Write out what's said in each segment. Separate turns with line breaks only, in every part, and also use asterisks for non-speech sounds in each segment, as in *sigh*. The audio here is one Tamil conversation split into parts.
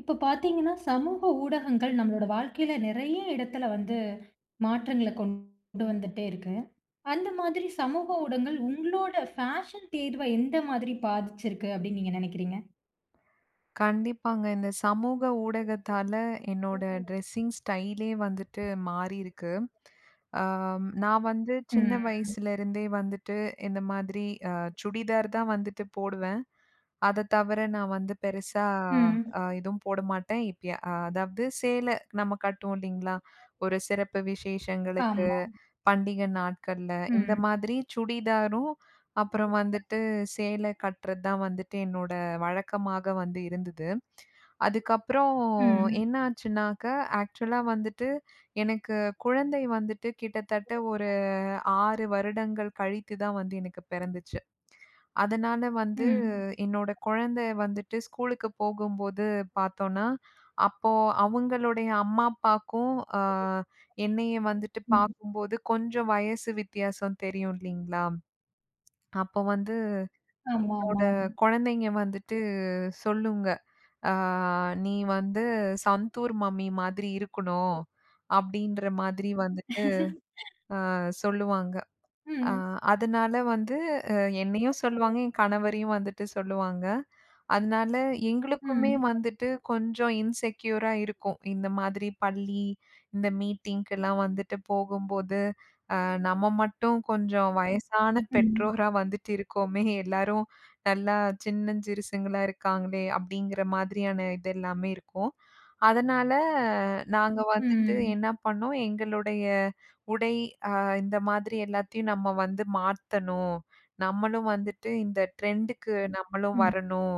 இப்ப பார்த்தீங்கன்னா, சமூக ஊடகங்கள் நம்மளோட வாழ்க்கையில நெறைய இடத்துல வந்து மாற்றங்கள கொண்டு வந்துட்டே இருக்கு. அந்த மாதிரி சமூக ஊடகங்கள் உங்களோட ஃபேஷன் தேர்வ எந்த மாதிரி பாதிச்சிருக்கு அப்டின்னு நீங்க நெனைக்கிறீங்க?
கண்டிப்பாங்க. இந்த சமூக ஊடகத்தால என்னோட ட்ரெஸ்ஸிங் ஸ்டைலே வந்துட்டு மாறியிருக்கு. ஆம், நான் வந்து சின்ன
ம்.
வயசுல இருந்தே வந்துட்டு இந்த மாதிரி அ சுடிதார் தான் வந்துட்டு போடுவேன். அத தவிர நான் வந்து பெருசா
ம்.
எதுவும் போட மாட்டேன். இப்ப அதாவது சேலை நம்ம கட்டுவோம் இல்லைங்களா? ஒரு சிறப்பு விசேஷங்களுக்கு,
ஆமா.
பண்டிகை நாட்கள்ல இந்த
ம்.
மாதிரி சுடிதாரும், அப்புறம் வந்துட்டு சேலை கட்டுறது தான் வந்துட்டு என்னோட வழக்கமாக வந்து இருந்தது. அதுக்கப்புறம்
ம்.
என்ன ஆச்சுன்னாக்க, ஆக்சுவலா வந்துட்டு எனக்கு குழந்தை வந்துட்டு கிட்டத்தட்ட ஒரு 6 வருடங்கள் கழித்து தான் வந்து எனக்கு பிறந்துச்சு. அதனால வந்து
ம்.
என்னோட குழந்தை வந்துட்டு ஸ்கூலுக்கு போகும்போது பார்த்தோன்னா, அப்போ அவங்களுடைய அம்மா, அப்பாக்கும் அ என்னைய வந்துட்டு
ம்.
பார்க்கும்போது கொஞ்சம் வயசு வித்தியாசம் தெரியும் இல்லீங்களா? அப்போ வந்து
ஆமா,
என்னோட
ஆமா, ஆமா.
குழந்தைங்க வந்துட்டு சொல்லுங்க, "அ நீ வந்து சந்தூர் மம்மி மாதிரி இருக்கணும்." அப்படீன்ற மாதிரி வந்துட்டு சொல்லுவாங்க. ஆ
ம்.
அதனால வந்து அ என்னையும் சொல்லுவாங்க, என் கணவரையும் வந்துட்டு சொல்லுவாங்க. அதனால எங்களுக்குமே
ம்.
வந்துட்டு கொஞ்சம் இன்செக்யூரா இருக்கும். இந்த மாதிரி பள்ளி, இந்த மீட்டிங்க்கெல்லாம் வந்துட்டு போகும்போது, அ நம்ம மட்டும் கொஞ்சம் வயசான
ம்.
பெற்றோரா வந்துட்டு இருக்கோமே! எல்லாரும் நல்லா சின்னஞ்சிறுசுங்களா இருக்காங்களே! அப்படிங்கிற மாதிரியான இது எல்லாமே இருக்கும். அதனால நாங்க வந்துட்டு
ம்.
என்ன பண்ணோம், எங்களுடைய உடை அ இந்த மாதிரி எல்லாத்தையும் நம்ம வந்து மாத்தணும். நம்மளும் வந்துட்டு இந்த ட்ரெண்டுக்கு நம்மளும்
ம்.
வரணும்.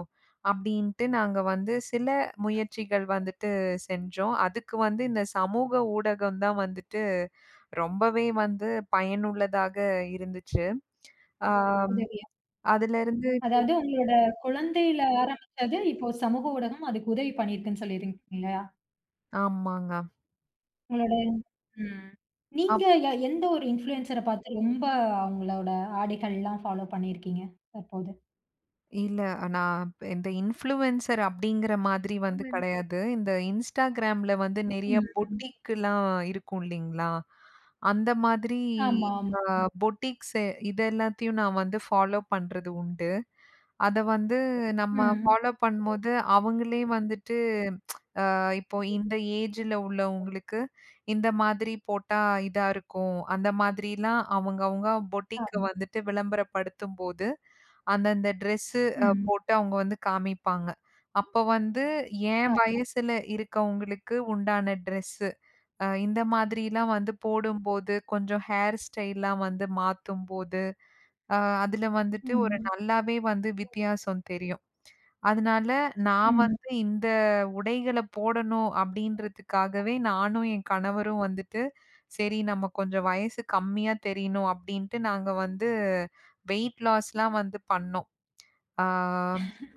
அப்படின்ட்டு நாங்க வந்து சில முயற்சிகள் வந்துட்டு செஞ்சோம். அதுக்கு வந்து இந்த சமூக ஊடகம் தான் வந்துட்டு ரொம்பவே வந்து பயனுள்ளதாக இருந்துச்சு. ஆம்.
உதவியா.
அதுலருந்து
அதாவது உங்களோட குழந்தையில ஆரம்பிச்சது இப்போ சமூக ஊடகம் அதுக்கு உதவி பண்ணியிருக்குன்னு சொல்லியிருக்கீங்க இல்லையா?
ஆமாங்க.
உங்களோட ம். நீங்க எந்த ஒரு இன்ஃப்ளூயன்சர பார்த்து ரொம்ப அவங்களோட ஆடைகள்லாம் ஃபாலோ பண்ணியிருக்கீங்க தற்போது?
இல்ல. நான் இந்த இன்ஃப்ளூயன்சர் அப்படிங்கிற மாதிரி வந்து
இன்ஃப்ளூயன்சர்.
கிடையாது. இந்த Instagramல வந்து நெறைய
ம். ம்.
பொட்டிக்லாம் இருக்கும் இல்லைங்களா? அந்த மாதிரி
ஆமா,
அ
ஆமா.
பொட்டிக்ஸ் இது எல்லாத்தையும் நான் வந்து ஃபாலோ பண்றது உண்டு. அத வந்து நம்ம
ம்.
ஃபாலோ பண்ணும்போது அவங்களே வந்துட்டு இப்போ இந்த ஏஜ்ல உள்ளவங்களுக்கு இந்த மாதிரி போட்டா இதா இருக்கும். அந்த மாதிரிலாம் அவங்க அவங்க பொட்டிக்க
ஆமா.
வந்துட்டு விளம்பரப்படுத்தும்போது அந்தந்த ட்ரெஸ்ஸு
ம்.
போட்டு அவங்க வந்து காமிப்பாங்க. அப்ப வந்து என்
ஆ.
வயசுல இருக்கவங்களுக்கு உண்டான ட்ரெஸ்ஸு. இந்த மாதிரிலாம் வந்து போடும்போது, கொஞ்சம் ஹேர் ஸ்டைல்லாம் வந்து மாத்தும்போது, அ அதுல வந்துட்டு ஒரு
ம்.
நல்லாவே வந்து வித்தியாசம் தெரியும். அதனால நான்
ம்.
வந்து இந்த உடைகள போடணும் அப்படின்றதுக்காகவே நானும் என் கணவரும் வந்துட்டு, சரி நம்ம கொஞ்சம் வயசு கம்மியா தெரியணும் அப்படின்ட்டு நாங்க வந்து வெயிட் லாஸ்லாம் வந்து பண்ணோம். ஆ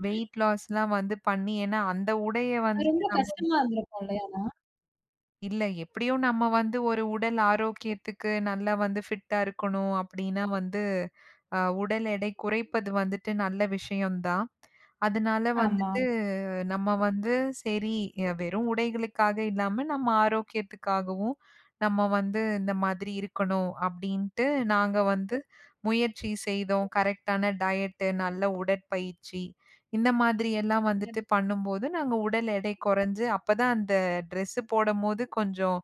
வெயிட் லாஸ்லாம் வந்து பண்ணி ஏன்னா அந்த உடைய
அது ரொம்ப
வந்துட்டு
கஷ்டமா இருந்திருக்கும் இல்லையா? ஆனா.
இல்ல எப்படியும் நம்ம வந்து ஒரு உடல் ஆரோக்கியத்துக்கு நல்லா வந்து ஃபிட்டா இருக்கணும் அப்படின்னா வந்து அ, உடல் எடை குறைப்பது வந்துட்டு நல்ல விஷயம்தான். அதனால
ஆமா.
வந்துட்டு நம்ம வந்து சரி அ, வெறும் உடைகளுக்காக இல்லாம நம்ம ஆரோக்கியத்துக்காகவும் நம்ம வந்து இந்த மாதிரி இருக்கணும் அப்படின்ட்டு நாங்க வந்து முயற்சி செய்தோம். கரெக்டான டயட்டு, நல்ல உடற்பயிற்சி இந்த மாதிரி எல்லாம் வந்துட்டு பண்ணும்போது நாங்க உடல் எடை குறைஞ்சு அப்பதான் அந்த ட்ரெஸ்ஸு போடம்போது கொஞ்சம்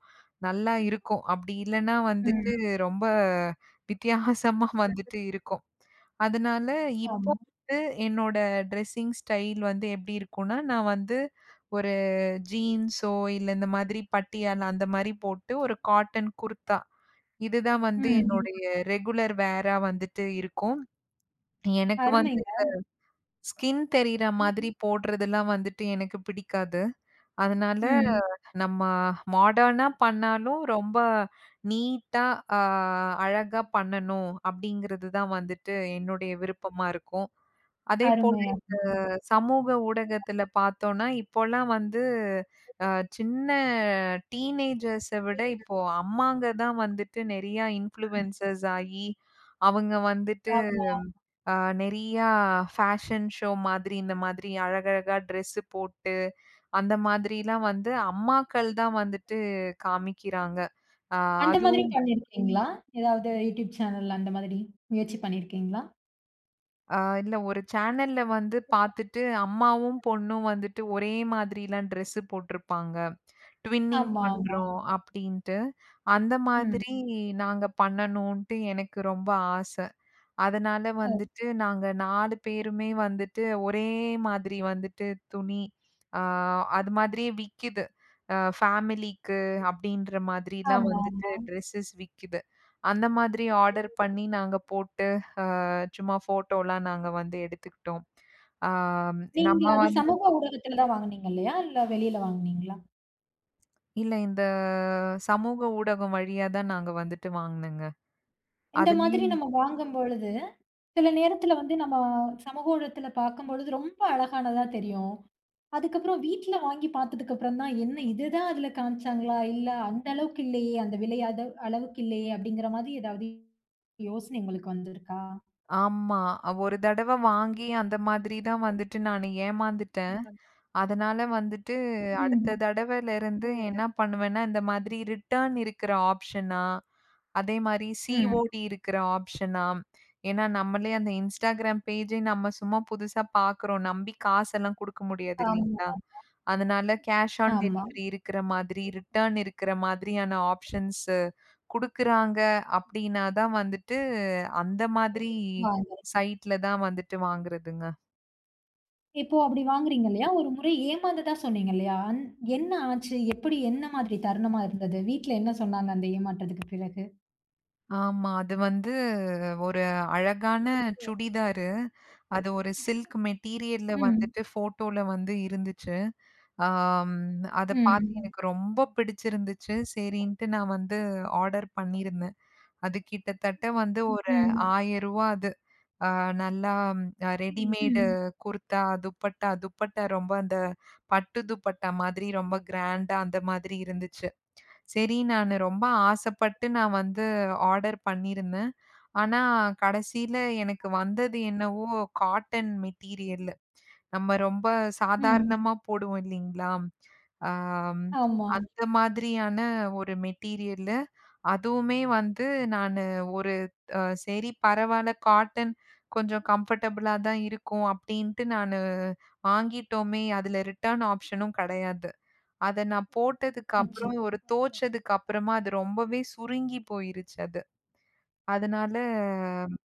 நல்லா இருக்கும். அப்படி இல்லன்னா வந்துட்டு
ம்.
ரொம்ப வித்தியாசமா வந்துட்டு இருக்கும். அதனால இப்போ
ஆமா.
வந்து என்னோட ட்ரெஸ்ஸிங் ஸ்டைல் வந்து எப்படி இருக்கும்னா, நான் வந்து ஒரு ஜீன்ஸோ இல்ல இந்த மாதிரி பட்டியாலா அந்த மாரி போட்டு ஒரு காட்டன் குர்தா. இதுதான் வந்து
ம்.
என்னுடைய ரெகுலர் வேரா வந்துட்டு இருக்கும். எனக்கு வந்து
அருமைங்க.
ஸ்கின் தெரியிற மாதிரி போடுறதெல்லாம் வந்துட்டு எனக்கு பிடிக்காது. அதனால
ம்.
நம்ம மாடர்னா பண்ணாலும் ரொம்ப நீட்டா, அ அழகா பண்ணணும் அப்படிங்கிறது தான் வந்துட்டு என்னுடைய விருப்பமா இருக்கும். அதேபோல
அருமையா.
சமூக ஊடகத்துல பார்த்தோம்னா, இப்போலாம் வந்து அ சின்ன டீனேஜர்ஸ விட இப்போ அம்மாங்க தான் வந்துட்டு நெறையா இன்ஃப்ளூயன்சர்ஸ் ஆகி அவங்க வந்துட்டு
ஆமா.
ஆ நெறையா ஃபேஷன் ஷோ மாதிரி, இந்த மாதிரி அழகழகா ட்ரெஸ்ஸு போட்டு, அந்த மாதிரிலாம் வந்து அம்மாக்கள் தான் வந்துட்டு காமிக்கிறாங்க. ஆ
அந்த மாதிரி
அதுவும்
பண்ணியிருக்கீங்களா? ஏதாவது யூடியூப் சேனல் அந்த மாதிரி முயற்சி பண்ணியிருக்கீங்களா?
இல்ல ஒரு சேனல்ல வந்து பார்த்துட்டு, அம்மாவும், பொண்ணும் வந்துட்டு ஒரே மாதிரிலாம் ட்ரெஸ்ஸு போட்டிருப்பாங்க. ட்வின்னிங்
ஆமா, ஆமா.
பண்றோம் அப்படின்ட்டு. அந்த
ம்.
மாதிரி நாங்க பண்ணணுன்ட்டு எனக்கு ரொம்ப ஆச. அதனால
அ
வந்துட்டு நாங்க 4 பேருமே வந்துட்டு ஒரே மாதிரி வந்துட்டு துணி, ஆ அது மாதிரியே விக்கிது. ஃபேமிலிக்கு அப்படின்ற மாதிரிலாம்
ஆமா.
வந்துட்டு ட்ரெஸ்ஸஸ் விக்கிது. அந்த மாதிரி ஆர்டர் பண்ணி நாங்க போட்டு சும்மா ஃபோட்டோலாம் நாங்க வந்து எடுத்துக்கிட்டோம். ஆ
நீங்க
நம்ம
அது சமூக ஊடகத்துல தான் வாங்குனீங்க இல்லையா? இல்ல வெளியில வாங்குனீங்களா?
இல்ல இந்த சமூக ஊடகம் வழியா தான் நாங்க வந்துட்டு வாங்குனங்க.
இந்த மாதிரி
அதுலயும்
நம்ம வாங்கும்பொழுது, சில நேரத்துல வந்து நம்ம சமூக ஊடகத்துல பார்க்கும்பொழுது ரொம்ப அழகானதா தெரியும். அதுக்கப்புறம் வீட்ல வாங்கி பார்த்ததுக்கு அப்புறம் தான், என்ன இதுதான் அதுல காமிச்சாங்களா? இல்ல அந்த அளவுக்கு இல்லையே, அந்த விலை அது அளவுக்கு இல்லையே அப்படிங்கிற மாதிரி ஏதாவது யோசனை உங்களுக்கு வந்திருக்கா?
ஆமா. ஒரு தடவ வாங்கி அந்த மாதிரி தான் வந்துட்டு நானு ஏமாந்துட்டேன். அதனால வந்துட்டு அடுத்த
ம்.
தடவையிலருந்து என்ன பண்ணுவேன்னா, இந்த மாதிரி ரிட்டர்ன் இருக்கிற ஆப்ஷனா, அதே மாரி
ம்.
சிஓடி இருக்கிற ஆப்ஷனா, ஏன்னா நம்மளே அந்த Instagram பேஜே நம்ம சும்மா புதுசா பார்க்குறோம். நம்பி காசெல்லாம் குடுக்க முடியாது
ஆமா,
இல்லீங்களா? அதனால கேஷ் ஆன்
ஆமா.
டெலிவரி இருக்கிற மாதிரி, ரிட்டர்ன் இருக்கிற மாதிரியான ஆப்ஷன்ஸ் குடுக்குறாங்க அப்டின்னா தான் வந்துட்டு, அந்த மாதிரி
வா
சைட்ல தான் வந்துட்டு வாங்குறதுங்க.
இப்போ அப்படி வாங்குறீங்க இல்லையா? ஒரு முறை ஏமாந்ததா சொன்னீங்க இல்லையா? என்ன ஆச்சு? எப்படி என்ன மாதிரி தருணமா இருந்தது? வீட்ல என்ன சொன்னாங்க அந்த ஏமாற்றத்துக்கு பிறகு?
ஆமா. அது வந்து ஒரு அழகான சுடிதாரு. அது ஒரு சில்க் மெட்டீரியல்ல
ம்,
வந்துட்டு ஃபோட்டோல வந்து இருந்துச்சு. ஆம். அத பார்த்து
ம்,
எனக்கு ரொம்ப பிடிச்சிருந்துச்சு. சரின்ட்டு நான் வந்து ஆர்டர் பண்ணியிருந்தேன். அது கிட்டத்தட்ட வந்து ஒரு ரூ.
ம்,
1000 அது. அ நல்லா அ ம். ரெடிமேடு
ம்,
குர்தா, துப்பட்டா, ரொம்ப அந்த பட்டு துப்பட்டா மாதிரி ரொம்ப கிராண்டா அந்த மாதிரி இருந்துச்சு. சரி, நானு ரொம்ப ஆசைப்பட்டு நான் வந்து ஆர்டர் பண்ணியிருந்தேன். ஆனா, கடைசியில எனக்கு வந்தது என்னவோ காட்டன் மெட்டீரியல்லு. நம்ம ரொம்ப
ம்.
சாதாரணமா போடுவோம் இல்லீங்களா? ஆம்.
ஆமா.
அந்த மாதிரியான ஒரு மெட்டீரியல்லு. அதுவுமே வந்து நானு ஒரு சரி பரவால்ல காட்டன் கொஞ்சம் கம்ஃபர்டபுளா தான் இருக்கும் அப்டின்ட்டு நானு வாங்கிட்டோமே! அதுல ரிட்டர்ன் ஆப்ஷனும் கெடையாது. அத நான் போட்டதுக்கு
அச்சச்சோ!
அப்புறம், ஒரு துவச்சதுக்கு அப்புறமா அது ரொம்பவே சுருங்கி போயிருச்சு அது. அதனால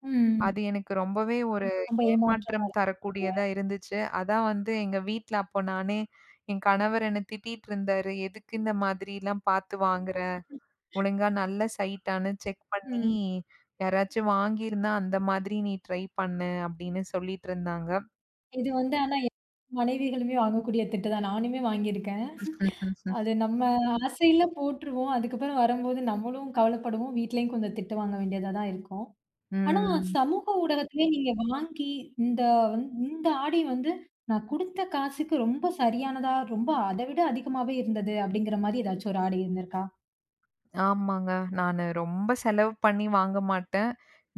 ம்.
அது எனக்கு ரொம்பவே ஒரு
ரொம்ப ஏமாற்றமா
ஏமாற்றம்
இருக்கு இல்லையா?
தரக்கூடியதா இருந்துச்சு. அதான் வந்து எங்க வீட்ல அப்போ நானே என் கணவர் என்ன திட்டிட்டு இருந்தாரு. "எதுக்கு இந்த மாதிரிலாம் பார்த்து வாங்குற? ஒழுங்கா நல்ல சைட்டான்னு செக் பண்ணி
ம்.
யாராச்சும் வாங்கியிருந்தா அந்த மாதிரி நீ ட்ரை பண்ணு" அப்படின்னு சொல்லிட்டு இருந்தாங்க.
இது வந்து ஆனா மனைவிகளுமே வாங்கக்கூடிய திட்டு தான். நானுமே வாங்கியிருக்கேன். அது நம்ம ஆசையில போட்டுருவோம். அதுக்கப்புறம் வரும்போது நம்மளும் கவலைப்படுவோம். வீட்லயும் கொஞ்சம் திட்டு வாங்க வேண்டியதா தான் இருக்கும். ஆனா,
ம்.
சமூக ஊடகத்திலே நீங்க வாங்கி, இந்த இந்த ஆடை வந்து நான் குடுத்த காசுக்கு ரொம்ப சரியானதா, ரொம்ப அத விட அதிகமாவே இருந்தது அப்படிங்கிற மாரி ஏதாச்சும் ஒரு ஆடை இருந்திருக்கா?
ஆமாங்க. நானு ரொம்ப செலவு பண்ணி வாங்க மாட்டேன்.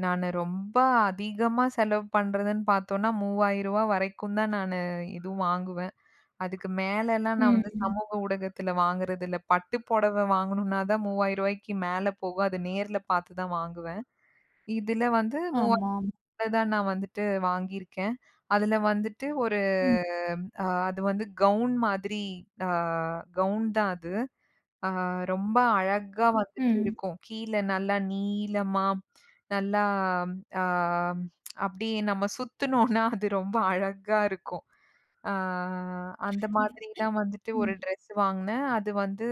நானு ரொம்ப அதிகமா செலவு பண்றதுன்னு பார்த்தோம்னா, ரூ. 3000 வரைக்கும் தான் நானு இதுவும் வாங்குவேன். அதுக்கு மேலலாம் நான்
ம்.
வந்து
ம்.
சமூக ஊடகத்துல வாங்குறதில்ல. பட்டு புடவ வாங்கணும்னா தான் ரூ. 3000க்கு மேல போகும். அது நேர்ல பார்த்து தான் வாங்குவேன். இதுல வந்து
ஆமா.
3000 தான் நான் வந்துட்டு வாங்கியிருக்கேன். அதுல வந்துட்டு ஒரு
ம்.
அது வந்து கவுன் மாதிரி அ கவுன் தான் அது. ஆ ரொம்ப அழகா வந்துட்டு
ம்.
இருக்கும். கீழ நல்லா நீளமா, நல்லா ஆ அப்படியே நம்ம சுத்துனோம்னா, அது ரொம்ப அழகா இருக்கும். ஆ அந்த மாதிரிலாம் வந்துட்டு ஒரு
ம்.
ட்ரெஸ் வாங்குனேன். அது வந்து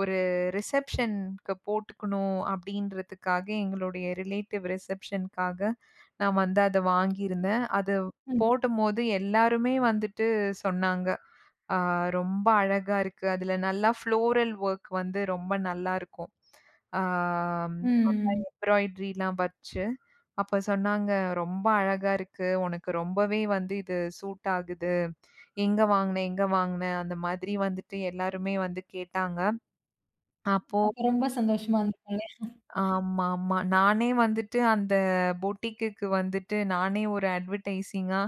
ஒரு ரிசப்ஷனுக்கு போட்டுக்கணும் அப்படின்றதுக்காக எங்களுடைய ரிலேட்டிவ் ரிசப்ஷனுக்காக நான் வந்து அத வாங்கியிருந்தேன். அது
ம்.
போடும்போது எல்லாருமே வந்துட்டு சொன்னாங்க. ஆ ரொம்ப அழகா இருக்கு. அதுல நல்லா ஃப்ளோரல் ஒர்க் வந்து ரொம்ப நல்லாருக்கும். ஆ
ம்.
எம்ப்ராய்டரிலாம் வச்சு அப்ப சொன்னாங்க, "ரொம்ப அழகா இருக்கு. உனக்கு ரொம்பவே வந்து இது சூட் ஆகுது. எங்க வாங்குன? எங்க வாங்குன?" அந்த மாதிரி வந்துட்டு எல்லாருமே வந்து கேட்டாங்க. அப்போ
அப்ப ரொம்ப சந்தோஷமா இருந்திருக்கும்ல.
ஆமா, ஆமா. நானே வந்துட்டு அந்த பொட்டிக்குக்கு வந்துட்டு நானே ஒரு அட்வர்டைசிங்கா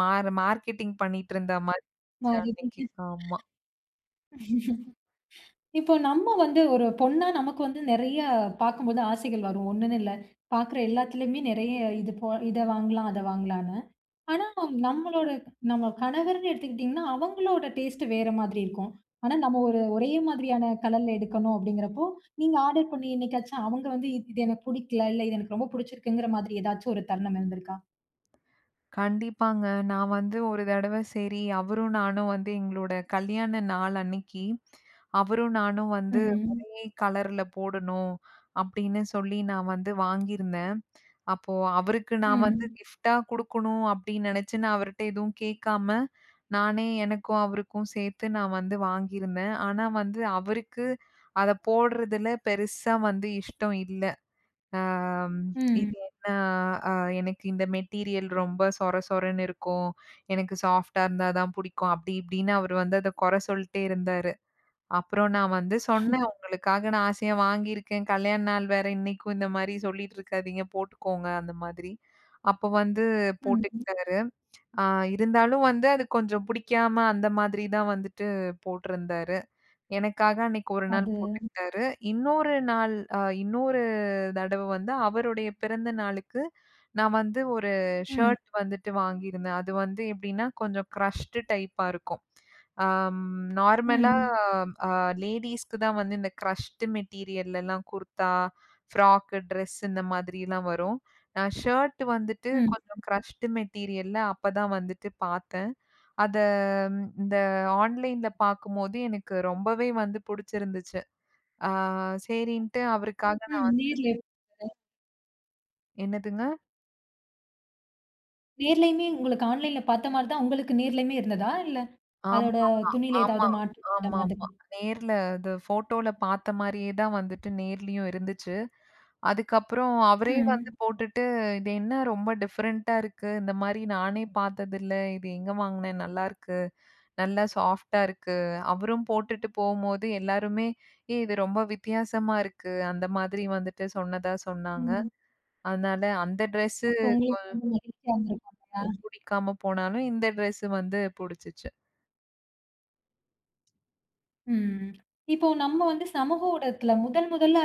மார்க்கெட்டிங் பண்ணிட்டு இருந்த மாதிரி இருந்துச்சு அன்னைக்கு.
மாறிட்டீங்க.
ஆமா.
இப்போ நம்ம வந்து ஒரு பொண்ணா நமக்கு வந்து நெறைய பார்க்கும்போது ஆசைகள் வரும். ஒண்ணுன்னு இல்ல. பார்க்குற எல்லாத்துலயுமே நெறைய இது போ இத வாங்கலாம், அத வாங்கலான்னு. ஆனா, நம்மளோட நம்ம கணவர்ன்னு எடுத்துக்கிட்டீங்கன்னா, அவங்களோட டேஸ்ட் வேற மாதிரி இருக்கும். ஆனா, நம்ம ஒரு ஒரே மாதிரியான கலர்ல எடுக்கணும் அப்படிங்கிறப்போ, நீங்க ஆர்டர் பண்ணி என்னைக்காச்சும் அவங்க வந்து இது இது எனக்கு பிடிக்கல, இல்ல இது எனக்கு ரொம்ப பிடிச்சிருக்குங்கிற மாதிரி ஏதாச்சும் ஒரு தருணம் இருந்திருக்கா?
கண்டிப்பாங்க. நான் வந்து ஒரு தடவ சரி, அவரும் நானும் வந்து எங்களோட கல்யாண நாள் அன்னைக்கு, அவரும் நானும் வந்து
ம்.
ஒரே கலர்ல போடணும் அப்படின்னு சொல்லி நான் வந்து வாங்கியிருந்தேன். அப்போ அவருக்கு நான் வந்து
ம்.
கிஃப்ட்டா குடுக்கணும் அப்படின்னு நினைச்சு நான் அவர்ட்ட எதுவும் கேட்காம, நானே எனக்கும் அவருக்கும் சேர்த்து நான் வந்து வாங்கியிருந்தேன். ஆனா வந்து அவருக்கு அத போடுறதுல பெருசா வந்து இஷ்டம் இல்ல. ஆம்,
ம்.
இது என்ன அ எனக்கு இந்த மெட்டீரியல் ரொம்ப சொர சொரன்னு இருக்கும். எனக்கு சாஃப்ட்டா இருந்தா தான் புடிக்கும். அப்படி இப்படின்னு அவரு வந்து அத கொற சொல்ட்டே இருந்தாரு. அப்புறம் நான் வந்து சொன்னேன், "உங்களுக்காக நான் ஆசையா வாங்கியிருக்கேன். கல்யாண நாள் வேற இன்னைக்கும் இந்த மாரி சொல்லிட்டு இருக்காதீங்க. போட்டுக்கோங்க." அந்த மாதிரி. அப்போ வந்து
ம்.
போட்டுக்கிட்டாரு. ஆ இருந்தாலும் வந்து அது கொஞ்சம் பிடிக்காம அந்த மாதிரி தான் வந்துட்டு போட்டிருந்தாரு. எனக்காக அன்னைக்கு ஒரு நாள்
அது.
போட்டுக்கிட்டாரு. இன்னொரு நாள் இன்னொரு தடவ வந்து அவருடைய பிறந்த நாளுக்கு நான் வந்து ஒரு
ம்.
ஷர்ட் வந்துட்டு வாங்கியிருந்தேன். அது வந்து எப்படின்னா, கொஞ்சம் க்ரஷ்டு டைப்பா இருக்கும். அம் நார்மலா
ம்.
அ லேடீஸ்க்கு தான் வந்து இந்த க்ரஷ்டு மெட்டீரியல்லலாம் குர்தா, ஃப்ராக்கு, ட்ரெஸ் இந்த மாதிரிலாம் வரும். நான் ஷர்ட் வந்துட்டு
ம்.
கொஞ்சம் க்ரஷ்டு மெட்டீரியல்ல அப்பதான் வந்துட்டு பார்த்தேன். அத இந்த ஆன்லைன்ல பார்க்கும்போது எனக்கு ரொம்பவே வந்து புடிச்சிருந்துச்சு. ஆ சரின்ட்டு அவருக்காக
ம். நேர்ல
என்னதுங்க?
நேர்லயுமே உங்களுக்கு ஆன்லைன்ல பார்த்த மாரி தான் உங்களுக்கு நேர்லயுமே இருந்ததா? இல்ல அதோட
ஆமா.
துணியில
ஆமா,
ஏதாவது மாற்றம் அந்த மாதிரி?
ஆமாமா. நேர்ல அது ஃபோட்டோல பார்த்த மாரியே தான் வந்துட்டு நேர்லயும் இருந்துச்சு. அதுக்கப்புறம் அவரே வந்து
ம்.
போட்டுட்டு, "இது என்ன ரொம்ப டிஃபரெண்ட்டா இருக்கு. இந்த மாரி நானே பார்த்ததில்ல. இது எங்க வாங்குனேன்? நல்லாருக்கு. நல்லா சாஃப்ட்டா இருக்கு." அவரும் போட்டுட்டு போம்போது எல்லாருமே, "ஏய் இது ரொம்ப வித்தியாசமா இருக்கு." அந்த மாதிரி வந்துட்டு சொன்னதா சொன்னாங்க.
ம்.
அதனால அந்த ட்ரெஸ்ஸு
அப்போ உங்களுக்கு ரொம்ப மகிழ்ச்சியா இருந்திருக்கும் இல்லையா?
புடிக்காம போனாலும், இந்த ட்ரெஸ்ஸு வந்து புடிச்சுச்சு.
ம். இப்போ நம்ம வந்து சமூக ஊடகத்துல முதல் முதல்ல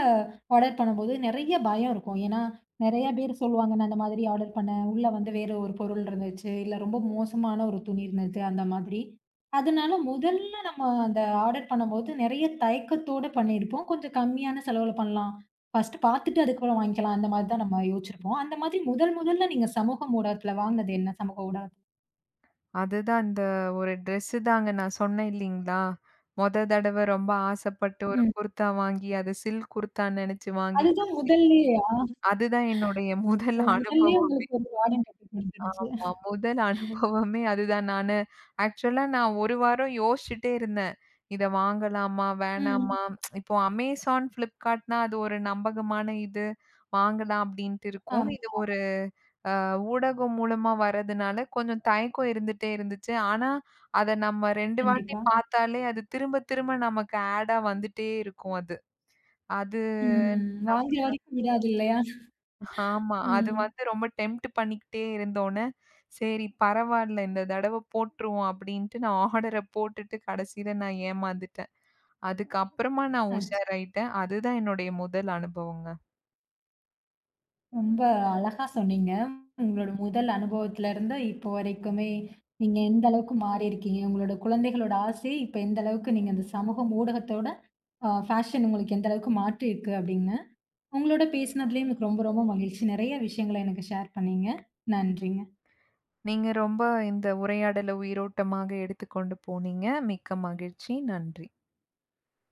ஆர்டர் பண்ணும்போது நெறைய பயம் இருக்கும். ஏன்னா, நெறைய பேர் சொல்லுவாங்க, "நான் அந்த மாதிரி ஆர்டர் பண்ணேன். உள்ள வந்து வேற ஒரு பொருள் இருந்துச்சு. இல்ல ரொம்ப மோசமான ஒரு துணி இருந்தது." அந்த மாதிரி. அதனால முதல்ல நம்ம அந்த ஆர்டர் பண்ணும்போது நெறைய தயக்கத்தோட பண்ணியிருப்போம். கொஞ்சம் கம்மியான செலவுல பண்ணலாம். ஃபர்ஸ்ட்டு பார்த்துட்டு அதுக்கப்புறம் வாங்கிக்கலாம். அந்த மாதிரி தான் நம்ம யோசிச்சிருப்போம். அந்த மாதிரி முதல் முதல்ல நீங்க சமூக ஊடகத்துல வாங்குனது என்ன? சமூக ஊடகம்.
அதுதான் இந்த ஒரு ட்ரெஸ்ஸு தாங்க நான் சொன்னேன் இல்லீங்களா? மொத தடவ ரொம்ப ஆசைப்பட்டு ஒரு
ம்.
குர்தா வாங்கி, அது சில்க் குர்தான்னு நெனைச்சு வாங்கி
அதுதான்
கடைசி
முதல்லயே,
அதுதான் என்னுடைய *laughs* முதல்
அப்போ முதல்லயே
அனுபவம்.
உங்களுக்கு ஒரு வார்டன் கட்டி குடுத்துருச்சு.
ஆமா. முதல் அனுபவமே அதுதான். நானு ஆக்சுவலா நான் 1 வாரம் யோசிச்சுட்டே இருந்தேன். இத வாங்கலாமா?
ம்.
வேணாமா? இப்போ Amazon, Flipkartனா அது ஒரு நம்பகமான இது. வாங்கலாம் அப்டின்ட்டு இருக்கும். இது
ஆமா.
ஒரு ஊடகம் மூலமா வரதுனால கொஞ்சம் தயக்கம் இருந்துட்டே இருந்துச்சு. ஆனா, அத நம்ம 2 வாட்டி
கண்டிப்பா.
பார்த்தாலே அது திரும்ப திரும்ப நமக்கு ஆடா வந்துட்டே இருக்கும் அது. அது
ம்.
நம்
வாங்குற வரைக்கும் விடாது இல்லையா?
ஆமா. அது
ம்.
வந்து ரொம்ப டெம்ப்ட் பண்ணிக்கிட்டே இருந்தோனே, சரி பரவால்ல இந்த தடவ போட்டுருவோம் அப்டின்ட்டு நான் ஆர்டர போட்டுட்டு கடைசில நான் ஏமாந்துட்டேன். அதுக்கப்புறமா நான்
அச்சோ!
உஷாராயிட்டேன். அதுதான் என்னுடைய முதல் அனுபவங்க.
ரொம்ப அழகா சொன்னீங்க. உங்களோட முதல் அனுபவத்திலருந்து இப்போ வரைக்குமே, நீங்க எந்த அளவுக்கு மாறியிருக்கீங்க? உங்களோட குழந்தைகளோட ஆசை இப்ப எந்த அளவுக்கு நீங்க அந்த சமூக ஊடகத்தோட ஃபேஷன் உங்களுக்கு எந்த அளவுக்கு மாற்றிருக்கு அப்படின்னு. உங்களோட பேசினதுலயும் எனக்கு ரொம்ப ரொம்ப மகிழ்ச்சி. நெறைய விஷயங்கள எனக்கு ஷேர் பண்ணீங்க. நன்றிங்க.
நீங்க ரொம்ப இந்த உரையாடல உயிரோட்டமாக எடுத்துக்கொண்டு போனீங்க. மிக்க மகிழ்ச்சி. நன்றி.